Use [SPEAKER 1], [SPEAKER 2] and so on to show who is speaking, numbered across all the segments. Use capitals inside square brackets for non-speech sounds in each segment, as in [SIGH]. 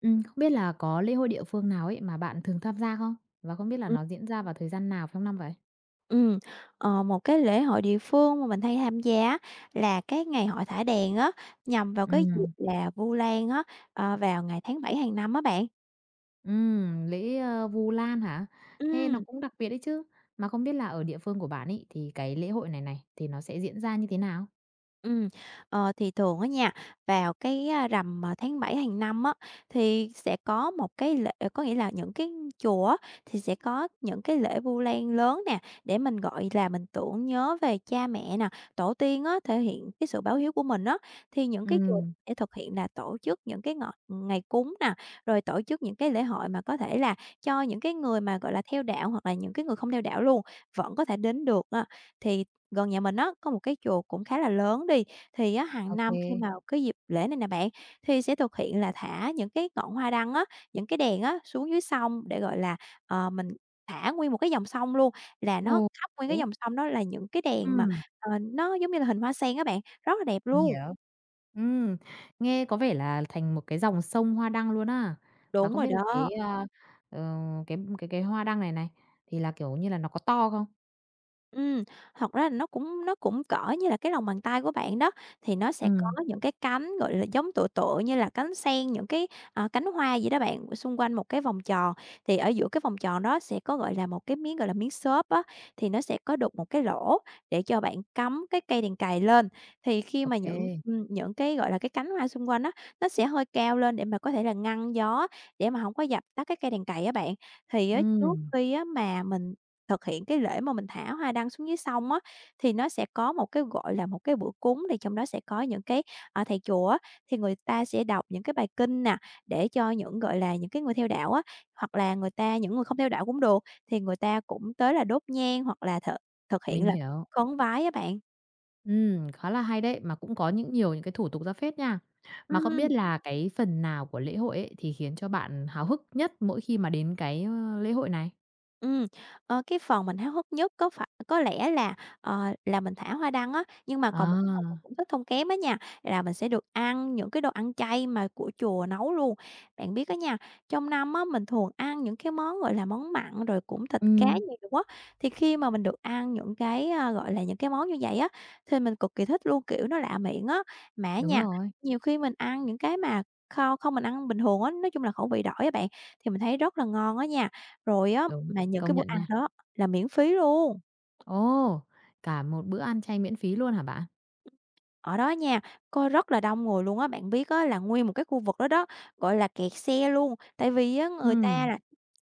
[SPEAKER 1] Không biết là có lễ hội địa phương nào ấy mà bạn thường tham gia không? Và không biết là
[SPEAKER 2] Ừm,
[SPEAKER 1] nó diễn ra vào thời gian nào trong năm vậy?
[SPEAKER 2] ừm, Một cái lễ hội địa phương mà mình hay tham gia á là cái ngày hội thả đèn á, nhằm vào cái dịp
[SPEAKER 1] Ừm,
[SPEAKER 2] là Vu Lan á, vào ngày tháng 7 hàng năm á bạn.
[SPEAKER 1] lễ Vu Lan hả? Nghe
[SPEAKER 2] Ừm.
[SPEAKER 1] nó cũng đặc biệt đấy chứ. Mà không biết là ở địa phương của bạn ấy, thì cái lễ hội này này, thì nó sẽ diễn ra như thế nào?
[SPEAKER 2] Ừ. Thì thường á nha, vào cái, rằm, tháng 7 hàng năm á, thì sẽ có một cái lễ, có nghĩa là những cái chùa á, thì sẽ có những cái lễ Vu Lan lớn nè, để mình, gọi là, mình tưởng nhớ về cha mẹ nè, tổ tiên á, thể hiện cái sự báo hiếu của mình á. Thì những cái chùa
[SPEAKER 1] Ừm,
[SPEAKER 2] sẽ thực hiện là tổ chức những cái ngọ ngày cúng nè, rồi tổ chức những cái lễ hội mà có thể là cho những cái người mà, gọi là, theo đạo hoặc là những cái người không theo đạo luôn, vẫn có thể đến được á. Thì gần nhà mình á, có một cái chùa cũng khá là lớn đi, thì á
[SPEAKER 1] ô,
[SPEAKER 2] hàng năm khi mà cái dịp lễ này nè bạn, thì sẽ thực hiện là thả những cái ngọn hoa đăng á, những cái đèn á xuống dưới sông để, gọi là, mình thả nguyên một cái dòng sông luôn, là nó
[SPEAKER 1] ồ,
[SPEAKER 2] khắp nguyên cái
[SPEAKER 1] thế,
[SPEAKER 2] dòng sông đó là những cái đèn mà,
[SPEAKER 1] ừm,
[SPEAKER 2] nó giống như là hình hoa sen á bạn, rất là đẹp
[SPEAKER 1] mình
[SPEAKER 2] luôn.
[SPEAKER 1] hiểu. Ừm, nghe có vẻ là thành một cái dòng sông hoa đăng luôn á. Mà
[SPEAKER 2] Đúng
[SPEAKER 1] không
[SPEAKER 2] rồi
[SPEAKER 1] biết là cái,
[SPEAKER 2] đó.
[SPEAKER 1] a, ờ, cái hoa đăng này này, thì là, kiểu như là, nó có to không?
[SPEAKER 2] Ừm, thật ra là nó cũng cỡ như là cái lòng bàn tay của bạn đó, thì nó sẽ có
[SPEAKER 1] Ừm,
[SPEAKER 2] những cái cánh, gọi là, giống tựa tựa như là cánh sen, những cái, cánh hoa vậy đó bạn, xung quanh một cái vòng tròn. Thì ở giữa cái vòng tròn đó sẽ có, gọi là, một cái miếng, gọi là, miếng xốp á, thì nó sẽ có đục một cái lỗ để cho bạn cắm cái cây đèn cày lên. Thì khi
[SPEAKER 1] ô,
[SPEAKER 2] mà những cái, gọi là, cái cánh hoa xung quanh á, nó sẽ hơi cao lên để mà có thể là ngăn gió, để mà không có dập tắt cái cây đèn cày á bạn. Thì á, trước
[SPEAKER 1] ừm,
[SPEAKER 2] khi á mà mình thực hiện cái lễ mà mình thả hoa đăng xuống dưới sông á, thì nó sẽ có một cái, gọi là, một cái bữa cúng thì trong đó sẽ có những cái, thầy chùa á, thì người ta sẽ đọc những cái bài kinh nè, để cho những, gọi là, những cái người theo đạo á, hoặc là người ta những người không theo đạo cũng được, thì người ta cũng tới là đốt nhang hoặc là thực thực
[SPEAKER 1] mình
[SPEAKER 2] hiện là
[SPEAKER 1] hiểu.
[SPEAKER 2] khấn vái á bạn.
[SPEAKER 1] Khá là hay đấy, mà cũng có những nhiều những cái thủ tục ra phết nha. Mà không biết
[SPEAKER 2] Ừm.
[SPEAKER 1] là cái phần nào của lễ hội ấy thì khiến cho bạn háo hức nhất mỗi khi mà đến cái lễ hội này?
[SPEAKER 2] Ừm, cái phần mình háo hức nhất có lẽ là, là mình thả hoa đăng á, nhưng mà còn một cái phần mình
[SPEAKER 1] À,
[SPEAKER 2] cũng thích hông kém á nha, là mình sẽ được ăn những cái đồ ăn chay mà của chùa nấu luôn. Bạn biết á nha, trong năm á, mình thường ăn những cái món, gọi là, món mặn rồi cũng thịt cá
[SPEAKER 1] ừm,
[SPEAKER 2] nhiều quá thì khi mà mình được ăn những cái, gọi là, những cái món như vậy á, thì mình cực kỳ thích luôn, kiểu, nó lạ miệng á. Mà á
[SPEAKER 1] đúng
[SPEAKER 2] nha,
[SPEAKER 1] rồi,
[SPEAKER 2] nhiều khi mình ăn những cái mà không không mình ăn bình thường á, nói chung là khẩu vị đổi á bạn, thì mình thấy rất là ngon á nha. Rồi á,
[SPEAKER 1] đúng,
[SPEAKER 2] mà những
[SPEAKER 1] công
[SPEAKER 2] cái bữa
[SPEAKER 1] nhận
[SPEAKER 2] ăn
[SPEAKER 1] nha.
[SPEAKER 2] đó là miễn phí luôn.
[SPEAKER 1] Ồ, cả một bữa ăn chay miễn phí luôn hả bạn?
[SPEAKER 2] Ở đó nha, có rất là đông người luôn á, bạn biết á là nguyên một cái khu vực đó đó, gọi là, kẹt xe luôn. Tại vì á người ta
[SPEAKER 1] Ừm,
[SPEAKER 2] là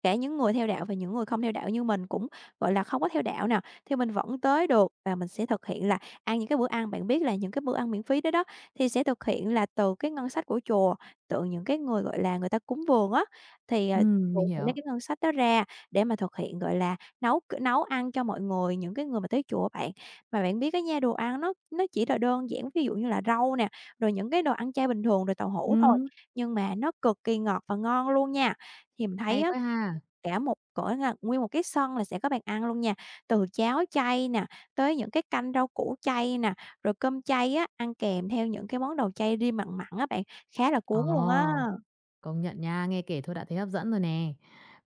[SPEAKER 2] cả những người theo đạo và những người không theo đạo như mình cũng, gọi là, không có theo đạo nè, thì mình vẫn tới được và mình sẽ thực hiện là ăn những cái bữa ăn bạn biết là những cái bữa ăn miễn phí đó đó, thì sẽ thực hiện là từ cái ngân sách của chùa, từ những cái người, gọi là, người ta cúng vườn á, thì,
[SPEAKER 1] mình
[SPEAKER 2] chùa sẽ lấy
[SPEAKER 1] hiểu.
[SPEAKER 2] cái ngân sách đó ra để mà thực hiện, gọi là, nấu nấu ăn cho mọi người, những cái người mà tới chùa á bạn. Mà bạn biết cái nha, đồ ăn nó chỉ là đơn giản, ví dụ như là rau nè, rồi những cái đồ ăn chay bình thường, rồi tàu hũ thôi,
[SPEAKER 1] Ừm,
[SPEAKER 2] nhưng mà nó cực kỳ ngọt và ngon luôn nha. Thì mình thấy
[SPEAKER 1] hay
[SPEAKER 2] á,
[SPEAKER 1] quá ha.
[SPEAKER 2] cả một cỡ là nguyên một cái sân là sẽ có bàn ăn luôn nha, từ cháo chay nè, tới những cái canh rau củ chay nè, rồi cơm chay á, ăn kèm theo những cái món đồ chay riêng mặn mặn á bạn, khá là cuốn luôn á.
[SPEAKER 1] Ờ. Công nhận nha, nghe kể thôi đã thấy hấp dẫn rồi nè.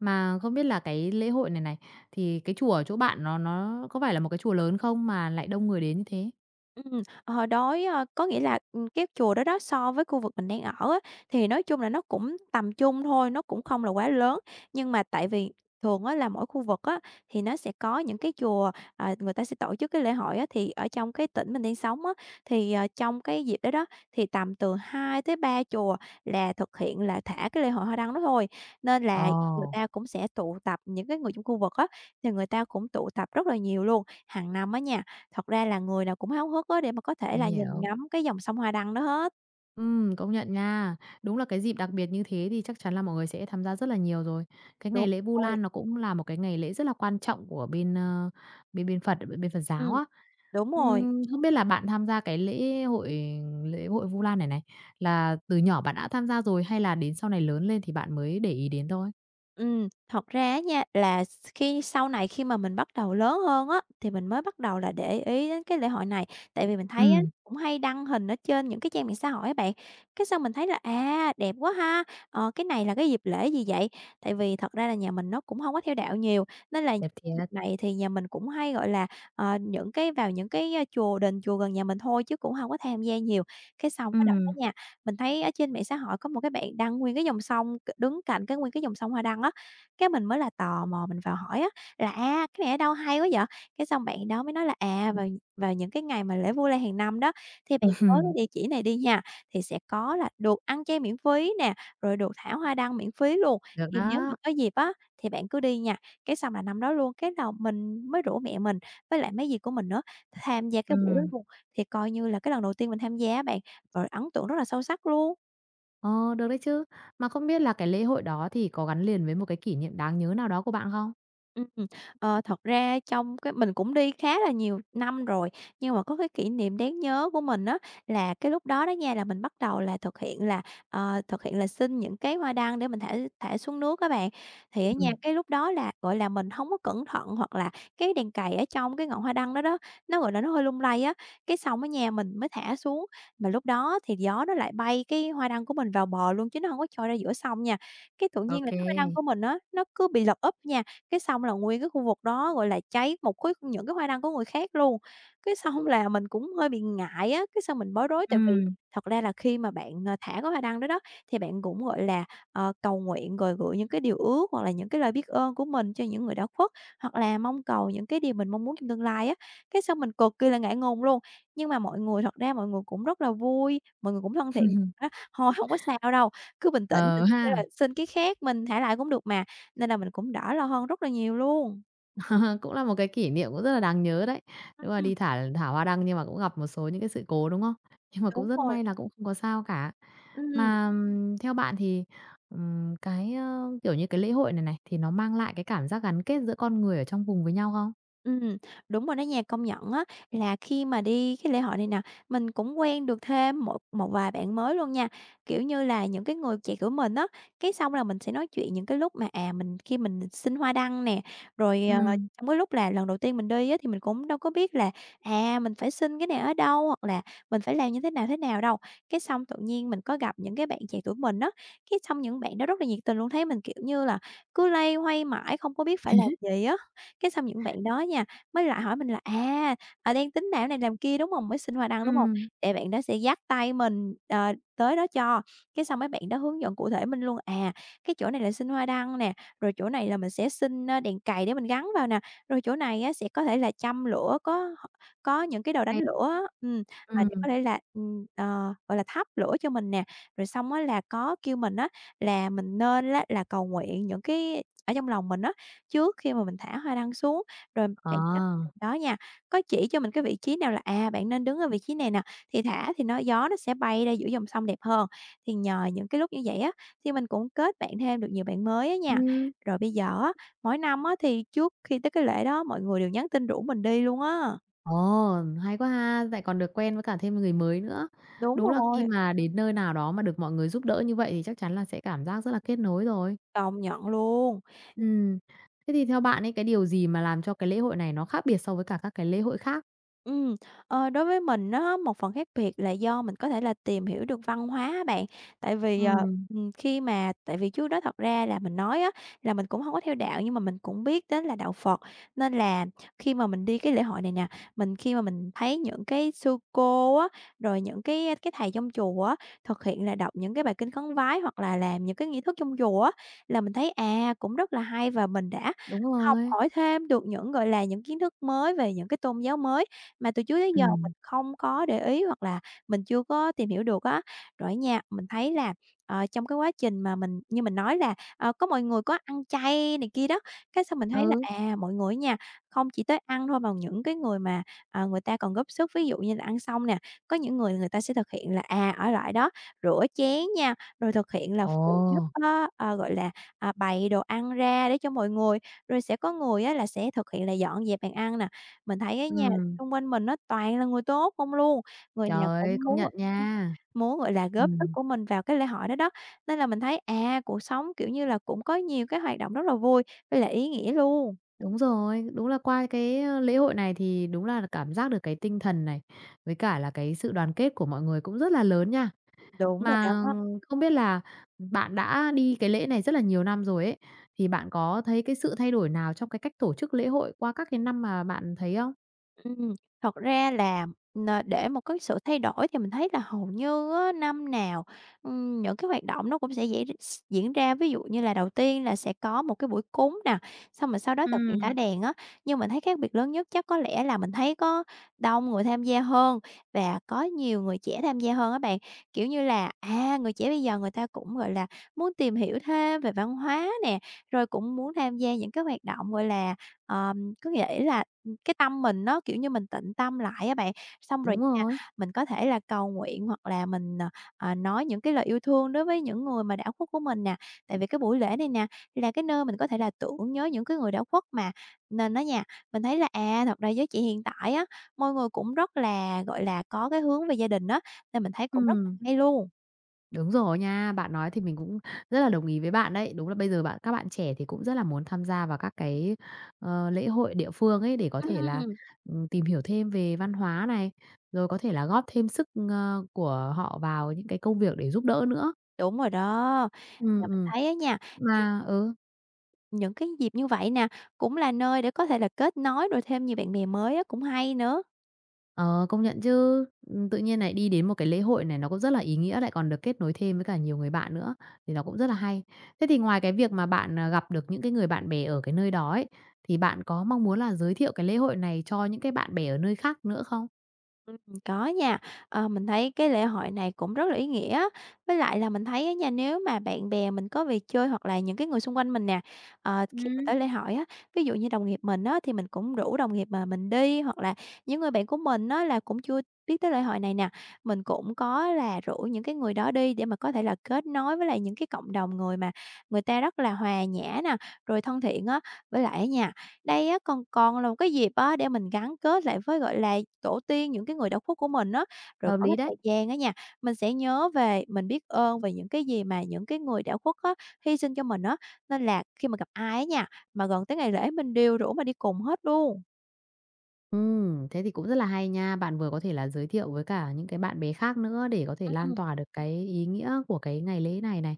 [SPEAKER 1] Mà không biết là cái lễ hội này này, thì cái chùa ở chỗ bạn nó có phải là một cái chùa lớn không mà lại đông người đến như thế?
[SPEAKER 2] Ờ, đối, ơ Có nghĩa là, cái chùa đó đó so với khu vực mình đang ở á, thì nói chung là nó cũng tầm trung thôi, nó cũng không là quá lớn. Nhưng mà tại vì thường á là mỗi khu vực á, thì nó sẽ có những cái chùa, người ta sẽ tổ chức cái lễ hội á, thì ở trong cái tỉnh mình đang sống á, thì, trong cái dịp đó đó, thì tầm từ 2 tới 3 chùa là thực hiện là thả cái lễ hội hoa đăng đó thôi. Nên là người
[SPEAKER 1] Ồ,
[SPEAKER 2] ta cũng sẽ tụ tập những cái người trong khu vực á, thì người ta cũng tụ tập rất là nhiều luôn. Hàng năm á nha. Thật ra là người nào cũng háo hức á để mà có thể
[SPEAKER 1] mình
[SPEAKER 2] là nhìn
[SPEAKER 1] hiểu.
[SPEAKER 2] ngắm cái dòng sông Hoa Đăng đó hết.
[SPEAKER 1] Công nhận nha. Đúng là cái dịp đặc biệt như thế thì chắc chắn là mọi người sẽ tham gia rất là nhiều rồi. Cái
[SPEAKER 2] Đúng
[SPEAKER 1] ngày lễ Vu
[SPEAKER 2] rồi.
[SPEAKER 1] Lan nó cũng là một cái ngày lễ rất là quan trọng của bên, ờ, bên bên Phật giáo
[SPEAKER 2] Ừm,
[SPEAKER 1] á.
[SPEAKER 2] đúng rồi.
[SPEAKER 1] Không biết là bạn tham gia cái lễ hội Vu Lan này này, là từ nhỏ bạn đã tham gia rồi hay là đến sau này lớn lên thì bạn mới để ý đến thôi?
[SPEAKER 2] Thật ra á nha, là s khi sau này khi mà mình bắt đầu lớn hơn á, thì mình mới bắt đầu là để ý đến cái lễ hội này. Tại vì mình thấy á,
[SPEAKER 1] Ừm,
[SPEAKER 2] cũng hay đăng hình ở trên những cái trang mạng xã hội á bạn, cái xong mình thấy là "À, đẹp quá ha! Ờ, cái này là cái dịp lễ gì vậy?" Tại vì thật ra là nhà mình nó cũng không có theo đạo nhiều, nên là
[SPEAKER 1] đẹp
[SPEAKER 2] dịp
[SPEAKER 1] thiệt.
[SPEAKER 2] này thì nhà mình cũng hay, gọi là, những cái vào những cái, chùa đình, chùa gần nhà mình thôi chứ cũng không có tham gia nhiều. Cái xong cái đợt đó
[SPEAKER 1] Ừm,
[SPEAKER 2] nha mình thấy ở trên mạng xã hội có một cái bạn đăng nguyên cái dòng sông, đứng cạnh cái nguyên cái dòng sông hoa đăng á, cái mình mới là tò mò mình vào hỏi á là "A, cái này ở đâu hay quá vậy?" Cái xong bạn đó mới nói là "À, vào vào những cái ngày mà lễ Vu Lan hàng năm đó, thì bạn
[SPEAKER 1] [LAUGHS]
[SPEAKER 2] tới cái
[SPEAKER 1] ừm,
[SPEAKER 2] địa chỉ này đi nha, thì sẽ có là được ăn chay miễn phí nè, rồi được thả hoa đăng miễn phí luôn,
[SPEAKER 1] được
[SPEAKER 2] thì nếu
[SPEAKER 1] đó.
[SPEAKER 2] mà có dịp á, thì bạn cứ đi nha." Cái xong là năm đó luôn, cái đầu mình mới rủ mẹ mình với lại mấy dì của mình nữa tham gia cái buổi đó
[SPEAKER 1] Ừm,
[SPEAKER 2] luôn, thì coi như là cái lần đầu tiên mình tham gia á bạn. Rồi ấn tượng rất là sâu sắc luôn.
[SPEAKER 1] ờ, được đấy chứ. Mà không biết là cái lễ hội đó thì có gắn liền với một cái kỷ niệm đáng nhớ nào đó của bạn không?
[SPEAKER 2] Ừm, Thật ra trong cái mình cũng đi khá là nhiều năm rồi, nhưng mà có cái kỷ niệm đáng nhớ của mình á, là cái lúc đó đó nha, là mình bắt đầu là thực hiện là xin những cái hoa đăng để mình thả thả xuống nước các bạn. Thì ở nhà
[SPEAKER 1] Ừm,
[SPEAKER 2] cái lúc đó là, gọi là, mình không có cẩn thận hoặc là cái đèn cày ở trong cái ngọn hoa đăng đó đó, nó, gọi là, nó hơi lung lay á, cái xong ở nhà mình mới thả xuống, mà lúc đó thì gió nó lại bay cái hoa đăng của mình vào bờ luôn chứ nó không có trôi ra giữa sông nha. Cái tự
[SPEAKER 1] ô
[SPEAKER 2] nhiên là cái
[SPEAKER 1] kê.
[SPEAKER 2] hoa đăng của mình á, nó cứ bị lật úp nha. Cái xong là nguyên cái khu vực đó, gọi là, cháy một khối những cái hoa đăng của người khác luôn. Cái xong là mình cũng hơi bị ngại á, cái xong mình bối rối tại vì
[SPEAKER 1] Ừm,
[SPEAKER 2] thật ra là khi mà bạn, thả cái hoa đăng đó đó, thì bạn cũng, gọi là, cầu nguyện rồi gửi những cái điều ước hoặc là những cái lời biết ơn của mình cho những người đã khuất, hoặc là mong cầu những cái điều mình mong muốn trong tương lai á. Cái xong mình cực kỳ là ngại ngùng luôn, nhưng mà mọi người thật ra mọi người cũng rất là vui, mọi người cũng thân thiện
[SPEAKER 1] [LAUGHS]
[SPEAKER 2] á: "Thôi hông có sao đâu, cứ bình tĩnh,
[SPEAKER 1] ờ
[SPEAKER 2] mình sẽ
[SPEAKER 1] ha.
[SPEAKER 2] là xin cái khác, mình thả lại cũng được mà." Nên là mình cũng đỡ lo hơn rất là nhiều luôn.
[SPEAKER 1] [LAUGHS] Cũng là một cái kỷ niệm cũng rất là đáng nhớ đấy. Đúng là
[SPEAKER 2] Ừm.
[SPEAKER 1] đi thả thả hoa đăng nhưng mà cũng gặp một số những cái sự cố, đúng không? Nhưng mà cũng
[SPEAKER 2] Đúng
[SPEAKER 1] rất
[SPEAKER 2] rồi,
[SPEAKER 1] may là cũng không có sao cả.
[SPEAKER 2] ừm.
[SPEAKER 1] Mà, theo bạn thì, kiểu như, cái lễ hội này này, thì nó mang lại cái cảm giác gắn kết giữa con người ở trong vùng với nhau không?
[SPEAKER 2] Ừm, đúng rồi đó nha, công nhận á là khi mà đi cái lễ hội này nè, mình cũng quen được thêm một một vài bạn mới luôn nha. Kiểu như là, những cái người chị của mình á, cái xong là mình sẽ nói chuyện những cái lúc mà, à, khi mình xin hoa đăng nè, rồi,
[SPEAKER 1] Ừ,
[SPEAKER 2] trong cái lúc là lần đầu tiên mình đi á thì mình cũng đâu có biết là, à, mình phải xin cái này ở đâu, hoặc là mình phải làm như thế nào đâu. Cái xong tự nhiên mình có gặp những cái bạn trẻ tuổi mình á, cái xong những bạn đó rất là nhiệt tình luôn, thấy mình, kiểu như là, cứ loay hoay mãi không có biết phải làm gì á. Cái xong những bạn đó nha, mới lại hỏi mình là "À, đang tính làm này làm kia, đúng hông? Mới xin hoa đăng,
[SPEAKER 1] ừ,
[SPEAKER 2] đúng hông?" Để bạn đó sẽ dắt tay mình, tới đó cho, cái xong mấy bạn đó hướng dẫn cụ thể mình luôn, à, cái chỗ này là xin hoa đăng nè, rồi chỗ này là mình sẽ xin, ơ, đèn cày để mình gắn vào nè, rồi chỗ này á sẽ có thể là châm lửa, có những cái đồ đánh
[SPEAKER 1] hay,
[SPEAKER 2] lửa á, à, để
[SPEAKER 1] ừ,
[SPEAKER 2] có thể là, gọi là, thắp lửa cho mình nè. Rồi xong á là có kêu mình á là mình nên á là cầu nguyện những cái ở trong lòng mình á. Trước khi mà mình thả hoa đăng xuống, rồi
[SPEAKER 1] ờ,
[SPEAKER 2] bạn đó nha, có chỉ cho mình cái vị trí nào là, à, bạn nên đứng ở vị trí này nè, thì thả thì nó gió nó sẽ bay ra giữa dòng sông đẹp hơn. Thì nhờ những cái lúc như vậy á, thì mình cũng kết bạn thêm được nhiều bạn mới á nha.
[SPEAKER 1] ừm,
[SPEAKER 2] Rồi bây giờ á, mỗi năm á, thì trước khi tới cái lễ đó mọi người đều nhắn tin rủ mình đi luôn á.
[SPEAKER 1] ồ, hay quá ha, lại còn được quen với cả thêm người mới nữa.
[SPEAKER 2] Đúng
[SPEAKER 1] Đúng là khi
[SPEAKER 2] rồi,
[SPEAKER 1] mà đến nơi nào đó mà được mọi người giúp đỡ như vậy thì chắc chắn là sẽ cảm giác rất là kết nối rồi.
[SPEAKER 2] công nhận luôn.
[SPEAKER 1] Ừm. Thế thì theo bạn ấy, cái điều gì mà làm cho cái lễ hội này nó khác biệt so với cả các cái lễ hội khác?
[SPEAKER 2] Ừm, đối với mình á, một phần khác biệt là do mình có thể là tìm hiểu được văn hóa á bạn. Tại vì, ờ,
[SPEAKER 1] Ừm,
[SPEAKER 2] Ừm. khi mà tại vì trước đó thật ra là mình nói á, là mình cũng không có theo đạo nhưng mà mình cũng biết đến là đạo Phật, nên là khi mà mình đi cái lễ hội này nè, khi mà mình thấy những cái sư cô á, rồi những cái thầy trong chùa á, thực hiện là đọc những cái bài kinh khấn vái hoặc là làm những cái nghi thức trong chùa á, là mình thấy, à, cũng rất là hay và mình đã
[SPEAKER 1] đúng
[SPEAKER 2] học
[SPEAKER 1] rồi.
[SPEAKER 2] hỏi thêm được những, gọi là, những kiến thức mới về những cái tôn giáo mới mà từ trước tới giờ
[SPEAKER 1] Ừm,
[SPEAKER 2] mình không có để ý hoặc là mình chưa có tìm hiểu được á. Rồi nha, mình thấy là, trong cái quá trình mà mình như mình nói là, có mọi người có ăn chay này kia đó, cái xong mình thấy là,
[SPEAKER 1] ừ,
[SPEAKER 2] à, mọi người nha, không chỉ tới ăn thôi mà những cái người mà, người ta còn góp sức, ví dụ như là ăn xong nè, có những người người ta sẽ thực hiện là, à, ở lại đó rửa chén nha, rồi thực hiện là
[SPEAKER 1] ồ,
[SPEAKER 2] phụ giúp á, gọi là, à, bày đồ ăn ra để cho mọi người, rồi sẽ có người á là sẽ thực hiện là dọn dẹp bàn ăn nè. Mình thấy á nha.
[SPEAKER 1] ừm,
[SPEAKER 2] Xung quanh mình nó toàn là người tốt không luôn, người
[SPEAKER 1] trời
[SPEAKER 2] nào
[SPEAKER 1] ơi,
[SPEAKER 2] cũng
[SPEAKER 1] công
[SPEAKER 2] muốn,
[SPEAKER 1] nhận
[SPEAKER 2] ưm,
[SPEAKER 1] nha.
[SPEAKER 2] muốn, gọi là, góp sức
[SPEAKER 1] Ừm,
[SPEAKER 2] của mình vào cái lễ hội đó đó. Nên là mình thấy, à, cuộc sống, kiểu như là, cũng có nhiều cái hoạt động rất là vui với lại ý nghĩa luôn.
[SPEAKER 1] đúng rồi, đúng là qua cái lễ hội này thì đúng là cảm giác được cái tinh thần này, với cả là cái sự đoàn kết của mọi người cũng rất là lớn nha.
[SPEAKER 2] Đúng rồi
[SPEAKER 1] Mà
[SPEAKER 2] đó.
[SPEAKER 1] không biết là bạn đã đi cái lễ này rất là nhiều năm rồi ấy, thì bạn có thấy cái sự thay đổi nào trong cái cách tổ chức lễ hội qua các cái năm mà bạn thấy không?
[SPEAKER 2] Ừm, thật ra là để một cái sự thay đổi thì mình thấy là hầu như á, năm nào, những cái hoạt động nó cũng sẽ dễ diễn ra. Ví dụ như là đầu tiên là sẽ có một cái buổi cúng nè, xong rồi sau đó thực hiện thả
[SPEAKER 1] Ừm,
[SPEAKER 2] đèn á. Nhưng mình thấy khác biệt lớn nhất chắc có lẽ là mình thấy có đông người tham gia hơn và có nhiều người trẻ tham gia hơn á bạn. Kiểu như là, à, người trẻ bây giờ người ta cũng, gọi là, muốn tìm hiểu thêm về văn hóa nè, rồi cũng muốn tham gia những cái hoạt động, gọi là, có nghĩa là cái tâm mình nó, kiểu như, mình tịnh tâm lại á bạn, xong rồi
[SPEAKER 1] đúng
[SPEAKER 2] nha,
[SPEAKER 1] rồi.
[SPEAKER 2] mình có thể là cầu nguyện hoặc là mình, nói những cái lời yêu thương đối với những người mà đã khuất của mình nè. Tại vì cái buổi lễ này nè, là cái nơi mình có thể là tưởng nhớ những cái người đã khuất mà, nên á nha, mình thấy là, à, thật ra giới trẻ hiện tại á, mọi người cũng rất là, gọi là, có cái hướng về gia đình á, nên mình thấy cũng rất là
[SPEAKER 1] Ừm,
[SPEAKER 2] hay luôn.
[SPEAKER 1] đúng rồi nha. Bạn nói thì mình cũng rất là đồng ý với bạn đấy. Đúng là bây giờ các bạn trẻ thì cũng rất là muốn tham gia vào các cái lễ hội địa phương ấy để có thể là,
[SPEAKER 2] Ừm,
[SPEAKER 1] tìm hiểu thêm về văn hóa này, rồi có thể là góp thêm sức, của họ vào những cái công việc để giúp đỡ nữa.
[SPEAKER 2] đúng rồi đó. Và
[SPEAKER 1] Ừm,
[SPEAKER 2] mình
[SPEAKER 1] ừm,
[SPEAKER 2] thấy á nha,
[SPEAKER 1] mà ừ.
[SPEAKER 2] những cái dịp như vậy nè, cũng là nơi để có thể là kết nối rồi thêm nhiều bạn bè mới á, cũng hay nữa.
[SPEAKER 1] Ờ, công nhận chứ. Tự nhiên này đi đến một cái lễ hội này nó cũng rất là ý nghĩa, lại còn được kết nối thêm với cả nhiều người bạn nữa, thì nó cũng rất là hay. Thế thì ngoài cái việc mà bạn, gặp được những cái người bạn bè ở cái nơi đó ấy, thì bạn có mong muốn là giới thiệu cái lễ hội này cho những cái bạn bè ở nơi khác nữa không?
[SPEAKER 2] Ừm, có nha. Ờ, mình thấy cái lễ hội này cũng rất là ý nghĩa. Với lại là mình thấy á nha, nếu mà bạn bè mình có về chơi hoặc là những cái người xung quanh mình nè, khi mà
[SPEAKER 1] Ừm,
[SPEAKER 2] tới lễ hội á, ví dụ như đồng nghiệp mình á, thì mình cũng rủ đồng nghiệp mà mình đi, hoặc là những người bạn của mình á, là cũng chưa biết tới lễ hội này nè, mình cũng có là rủ những cái người đó đi để mà có thể là kết nối với lại những cái cộng đồng người mà người ta rất là hòa nhã nè, rồi thân thiện á. Với lại á nha đây á còn còn là một cái dịp á để mình gắn kết lại với, gọi là, tổ tiên, những cái người đạo khuất của mình á. Rồi
[SPEAKER 1] hợp
[SPEAKER 2] có
[SPEAKER 1] lý
[SPEAKER 2] cái
[SPEAKER 1] đấy.
[SPEAKER 2] thời gian á nha, mình sẽ nhớ về, mình biết ơn về những cái gì mà những cái người đạo khuất á, hy sinh cho mình á. Nên là khi mà gặp ai á nha, mà gần tới ngày lễ mình đều rủ mà đi cùng hết luôn.
[SPEAKER 1] Thế thì cũng rất là hay nha. Bạn vừa có thể là giới thiệu với cả những cái bạn bè khác nữa để có thể lan
[SPEAKER 2] Ừm,
[SPEAKER 1] tỏa được cái ý nghĩa của cái ngày lễ này này.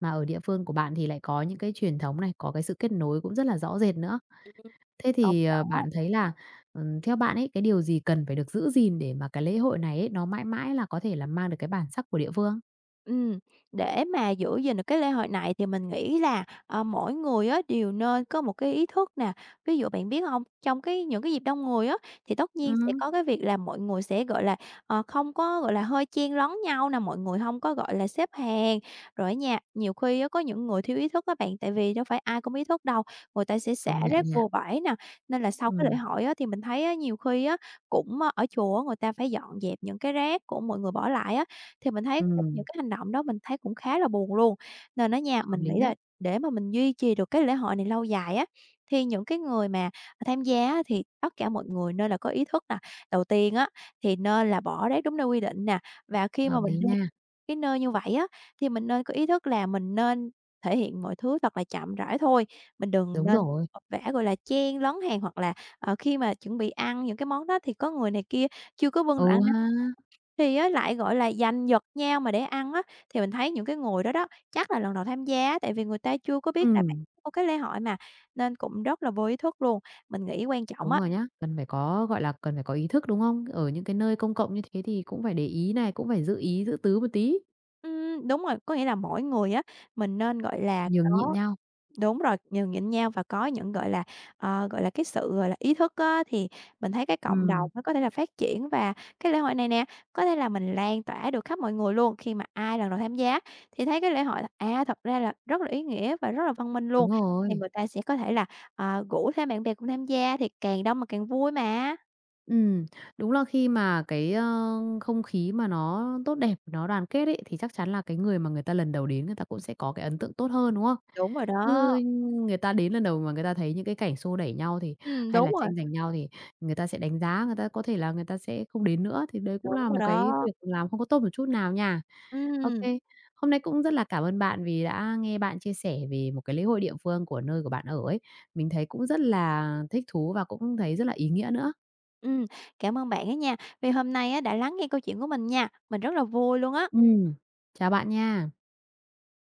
[SPEAKER 1] Mà ở địa phương của bạn thì lại có những cái truyền thống này, có cái sự kết nối cũng rất là rõ rệt nữa.
[SPEAKER 2] ừm.
[SPEAKER 1] Thế
[SPEAKER 2] Công
[SPEAKER 1] thì,
[SPEAKER 2] nhận á.
[SPEAKER 1] bạn thấy là, theo bạn ấy, cái điều gì cần phải được giữ gìn để mà cái lễ hội này ấy, nó mãi mãi là có thể là mang được cái bản sắc của địa phương?
[SPEAKER 2] Ừm, để mà giữ gìn được cái lễ hội này thì mình nghĩ là, mỗi người á đều nên có một cái ý thức nè. Ví dụ bạn biết không trong cái những cái dịp đông người á, thì tất nhiên sẽ
[SPEAKER 1] Ừm,
[SPEAKER 2] có cái việc là mọi người sẽ, gọi là, không có, gọi là, hơi chen lấn nhau nè, mọi người không có, gọi là, xếp hàng. Rồi nha, nhiều khi á có những người thiếu ý thức á bạn, tại vì đâu phải ai cũng ý thức đâu, người ta sẽ xả
[SPEAKER 1] công nhận
[SPEAKER 2] rác
[SPEAKER 1] nha.
[SPEAKER 2] bừa bãi nè. Nên là sau cái lễ
[SPEAKER 1] Ừm,
[SPEAKER 2] hội á thì mình thấy á, nhiều khi á cũng, ơ, ở chùa á người ta phải dọn dẹp những cái rác của mọi người bỏ lại á. Thì mình thấy cũng
[SPEAKER 1] ừm,
[SPEAKER 2] những cái hành động đó mình thấy cũng khá là buồn luôn. Nên á nha,
[SPEAKER 1] hợp
[SPEAKER 2] mình
[SPEAKER 1] lý
[SPEAKER 2] nghĩ
[SPEAKER 1] đấy,
[SPEAKER 2] là để mà mình duy trì được cái lễ hội này lâu dài á, thì những cái người mà tham gia á thì tất cả mọi người nên là có ý thức nè. Đầu tiên á, thì nên là bỏ rác đúng nơi quy định nè, và khi
[SPEAKER 1] hợp
[SPEAKER 2] mà mình
[SPEAKER 1] lý
[SPEAKER 2] đi
[SPEAKER 1] nha.
[SPEAKER 2] cái nơi như vậy á, thì mình nên có ý thức là mình nên thể hiện mọi thứ thật là chậm rãi thôi, mình đừng
[SPEAKER 1] Đúng
[SPEAKER 2] nên
[SPEAKER 1] rồi.
[SPEAKER 2] vật vã, gọi là, chen lấn hàng hoặc là, khi mà chuẩn bị ăn những cái món đó thì có người này kia chưa có vươn
[SPEAKER 1] Ừ
[SPEAKER 2] đoạn.
[SPEAKER 1] ha.
[SPEAKER 2] Thì á lại, gọi là, giành giật nhau mà để ăn á, thì mình thấy những cái người đó đó chắc là lần đầu tham gia, tại vì người ta chưa có biết là bạn
[SPEAKER 1] Ừm,
[SPEAKER 2] của cái lễ hội mà, nên cũng rất là vô ý thức luôn. Mình nghĩ quan trọng
[SPEAKER 1] đúng
[SPEAKER 2] á
[SPEAKER 1] rồi nhá. Cần phải có ý thức, đúng không? Ở những cái nơi công cộng như thế thì cũng phải để ý này, cũng phải giữ ý giữ tứ một tí,
[SPEAKER 2] đúng rồi, có nghĩa là mỗi người á, mình nên, gọi là,
[SPEAKER 1] nhường nhịn
[SPEAKER 2] có.
[SPEAKER 1] nhau.
[SPEAKER 2] Đúng rồi, nhường nhịn nhau và có những, gọi là, gọi là, cái sự, gọi là, ý thức á, thì mình thấy cái cộng
[SPEAKER 1] Ừm,
[SPEAKER 2] đồng nó có thể là phát triển và cái lễ hội này nè, có thể là mình lan tỏa được khắp mọi người luôn. Khi mà ai lần đầu tham gia thì thấy cái lễ hội là, à, thật ra là rất là ý nghĩa và rất là văn minh luôn,
[SPEAKER 1] đúng
[SPEAKER 2] thì
[SPEAKER 1] rồi.
[SPEAKER 2] người ta sẽ có thể là, rủ thêm bạn bè cùng tham gia thì càng đông mà càng vui mà.
[SPEAKER 1] Ừm, đúng là khi mà không khí mà nó tốt đẹp, nó đoàn kết ấy, thì chắc chắn là cái người mà người ta lần đầu đến người ta cũng sẽ có cái ấn tượng tốt hơn, đúng không?
[SPEAKER 2] Đúng rồi
[SPEAKER 1] Chứ
[SPEAKER 2] đó,
[SPEAKER 1] người ta đến lần đầu mà người ta thấy những cái cảnh xô đẩy nhau thì
[SPEAKER 2] ừm,
[SPEAKER 1] hay
[SPEAKER 2] đúng
[SPEAKER 1] là
[SPEAKER 2] rồi,
[SPEAKER 1] tranh giành nhau thì người ta sẽ đánh giá, người ta có thể là người ta sẽ không đến nữa, thì đấy cũng
[SPEAKER 2] đúng
[SPEAKER 1] là
[SPEAKER 2] rồi
[SPEAKER 1] một cái
[SPEAKER 2] đó.
[SPEAKER 1] việc làm không có tốt một chút nào nha. OK,
[SPEAKER 2] Ừ.
[SPEAKER 1] hôm nay cũng rất là cảm ơn bạn vì đã nghe bạn chia sẻ về một cái lễ hội địa phương của nơi của bạn ở ấy. Mình thấy cũng rất là thích thú và cũng thấy rất là ý nghĩa nữa.
[SPEAKER 2] Ừm, cảm ơn bạn á nha, vì hôm nay á đã lắng nghe câu chuyện của mình nha, mình rất là vui luôn á.
[SPEAKER 1] Ừm, chào bạn nha.